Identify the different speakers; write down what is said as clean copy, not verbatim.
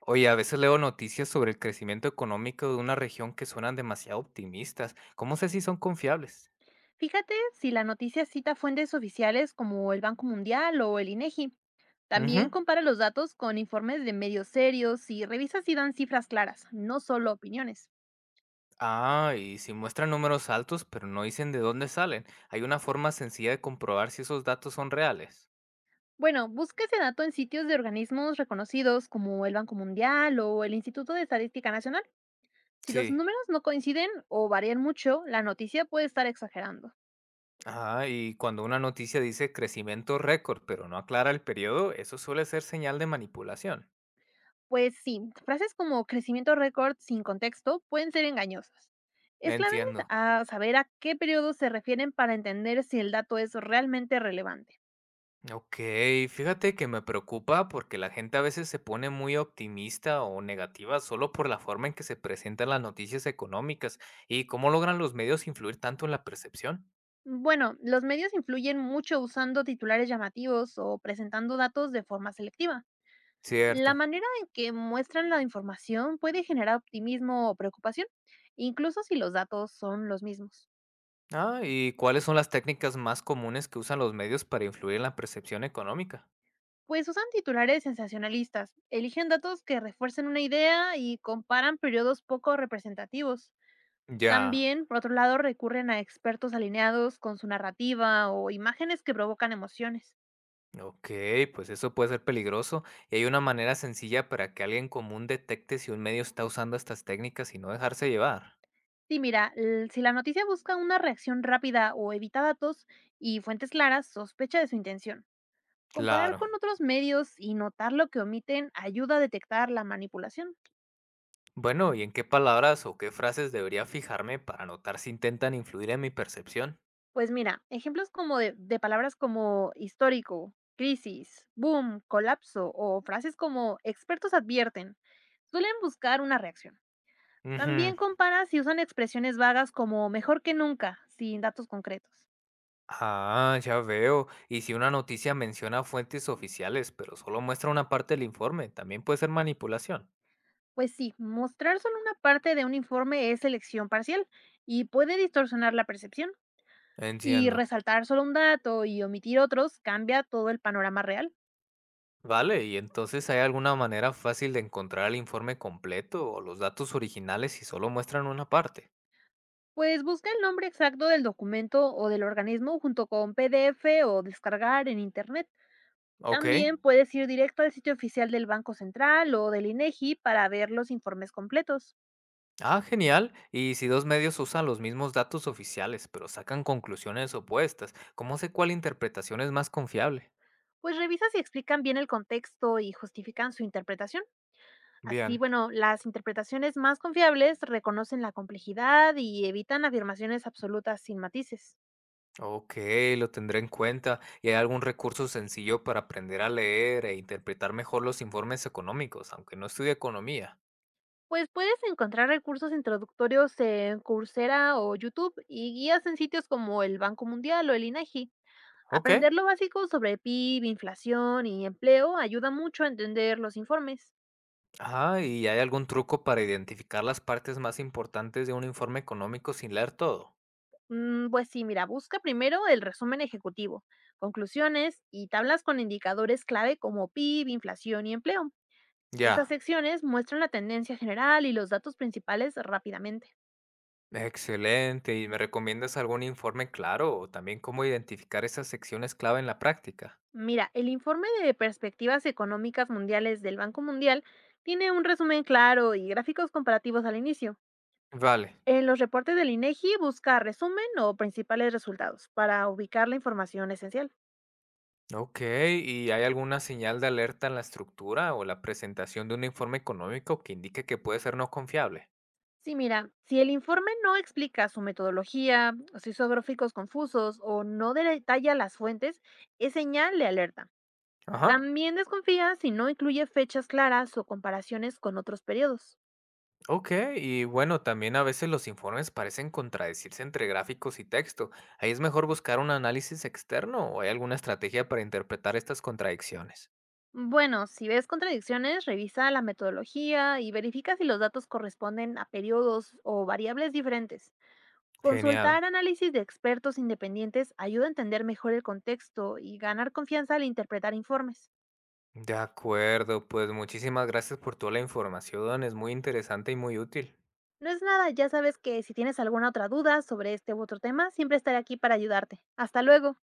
Speaker 1: Oye, a veces leo noticias sobre el crecimiento económico de una región que suenan demasiado optimistas. ¿Cómo sé si son confiables?
Speaker 2: Fíjate si la noticia cita fuentes oficiales como el Banco Mundial o el INEGI.
Speaker 1: Ujú.
Speaker 2: También compara los datos con informes de medios serios y revisa si dan cifras claras, no solo opiniones.
Speaker 1: Ah, ¿y si muestran números altos, pero no dicen de dónde salen? Hay una forma sencilla de comprobar si esos datos son reales.
Speaker 2: Bueno, busca ese dato en sitios de organismos reconocidos como el Banco Mundial o el Instituto de Estadística Nacional. Si los
Speaker 1: Sí.
Speaker 2: números no coinciden o varían mucho, la noticia puede estar exagerando.
Speaker 1: Ah, y cuando una noticia dice crecimiento récord, pero no aclara el periodo, eso suele ser señal de manipulación.
Speaker 2: Pues sí, frases como crecimiento récord sin contexto pueden ser engañosas. Es clave
Speaker 1: Entiendo.
Speaker 2: a saber a qué periodo se refieren para entender si el dato es realmente relevante.
Speaker 1: Ok, fíjate que me preocupa porque la gente a veces se pone muy optimista o negativa solo por la forma en que se presentan las noticias económicas y cómo logran los medios influir tanto en la percepción.
Speaker 2: Bueno, los medios influyen mucho usando titulares llamativos o presentando datos de forma selectiva. La
Speaker 1: Cierto.
Speaker 2: manera en que muestran la información puede generar optimismo o preocupación, incluso si los datos son los mismos.
Speaker 1: Ah, ¿y cuáles son las técnicas más comunes que usan los medios para influir en la percepción económica?
Speaker 2: Pues usan titulares sensacionalistas, eligen datos que refuercen una idea y comparan periodos poco representativos.
Speaker 1: Ya.
Speaker 2: También, por otro lado, recurren a expertos alineados con su narrativa o imágenes que provocan emociones.
Speaker 1: Ok, pues eso puede ser peligroso. ¿Y hay una manera sencilla para que alguien común detecte si un medio está usando estas técnicas y no dejarse llevar?
Speaker 2: Sí, mira, si la noticia busca una reacción rápida o evita datos y fuentes claras, sospecha de su intención. Comparar
Speaker 1: Claro.
Speaker 2: con otros medios y notar lo que omiten ayuda a detectar la manipulación.
Speaker 1: Bueno, ¿y en qué palabras o qué frases debería fijarme para notar si intentan influir en mi percepción?
Speaker 2: Pues mira, ejemplos como de palabras como histórico, crisis, boom, colapso o frases como expertos advierten suelen buscar una reacción.
Speaker 1: Ujú.
Speaker 2: También compara si usan expresiones vagas como mejor que nunca, sin datos concretos.
Speaker 1: Ah, ya veo. Y si una noticia menciona fuentes oficiales, pero solo muestra una parte del informe, también puede ser manipulación.
Speaker 2: Pues sí, mostrar solo una parte de un informe es selección parcial y puede distorsionar la percepción. Y
Speaker 1: Entiendo.
Speaker 2: resaltar solo un dato y omitir otros cambia todo el panorama real.
Speaker 1: Vale, ¿y entonces hay alguna manera fácil de encontrar el informe completo o los datos originales si solo muestran una parte?
Speaker 2: Pues busca el nombre exacto del documento o del organismo junto con PDF o descargar en Internet.
Speaker 1: Ok.
Speaker 2: También puedes ir directo al sitio oficial del Banco Central o del INEGI para ver los informes completos.
Speaker 1: Ah, genial. Y si dos medios usan los mismos datos oficiales, pero sacan conclusiones opuestas, ¿cómo sé cuál interpretación es más confiable?
Speaker 2: Pues revisa si explican bien el contexto y justifican su interpretación. Así,
Speaker 1: Bien.
Speaker 2: bueno, las interpretaciones más confiables reconocen la complejidad y evitan afirmaciones absolutas sin matices.
Speaker 1: Ok, lo tendré en cuenta. ¿Y hay algún recurso sencillo para aprender a leer e interpretar mejor los informes económicos, aunque no estudie economía?
Speaker 2: Pues puedes encontrar recursos introductorios en Coursera o YouTube y guías en sitios como el Banco Mundial o el INEGI.
Speaker 1: Ok.
Speaker 2: Aprender lo básico sobre PIB, inflación y empleo ayuda mucho a entender los informes.
Speaker 1: Ah, ¿y hay algún truco para identificar las partes más importantes de un informe económico sin leer todo?
Speaker 2: Pues sí, mira, busca primero el resumen ejecutivo, conclusiones y tablas con indicadores clave como PIB, inflación y empleo. Estas
Speaker 1: Ya.
Speaker 2: secciones muestran la tendencia general y los datos principales rápidamente.
Speaker 1: Excelente. ¿Y me recomiendas algún informe claro o también cómo identificar esas secciones clave en la práctica?
Speaker 2: Mira, el informe de perspectivas económicas mundiales del Banco Mundial tiene un resumen claro y gráficos comparativos al inicio.
Speaker 1: Vale.
Speaker 2: En los reportes del INEGI, busca resumen o principales resultados para ubicar la información esencial.
Speaker 1: Ok. ¿Y hay alguna señal de alerta en la estructura o la presentación de un informe económico que indique que puede ser no confiable?
Speaker 2: Sí, mira, si el informe no explica su metodología, o si hizo gráficos confusos o no detalla las fuentes, es señal de alerta.
Speaker 1: Ajá.
Speaker 2: También desconfía si no incluye fechas claras o comparaciones con otros periodos.
Speaker 1: Ok. Y bueno, también a veces los informes parecen contradecirse entre gráficos y texto. ¿Ahí es mejor buscar un análisis externo o hay alguna estrategia para interpretar estas contradicciones?
Speaker 2: Bueno, si ves contradicciones, revisa la metodología y verifica si los datos corresponden a periodos o variables diferentes.
Speaker 1: Genial.
Speaker 2: Consultar análisis de expertos independientes ayuda a entender mejor el contexto y ganar confianza al interpretar informes.
Speaker 1: De acuerdo, pues muchísimas gracias por toda la información, es muy interesante y muy útil.
Speaker 2: No es nada, ya sabes que si tienes alguna otra duda sobre este u otro tema, siempre estaré aquí para ayudarte. Hasta luego.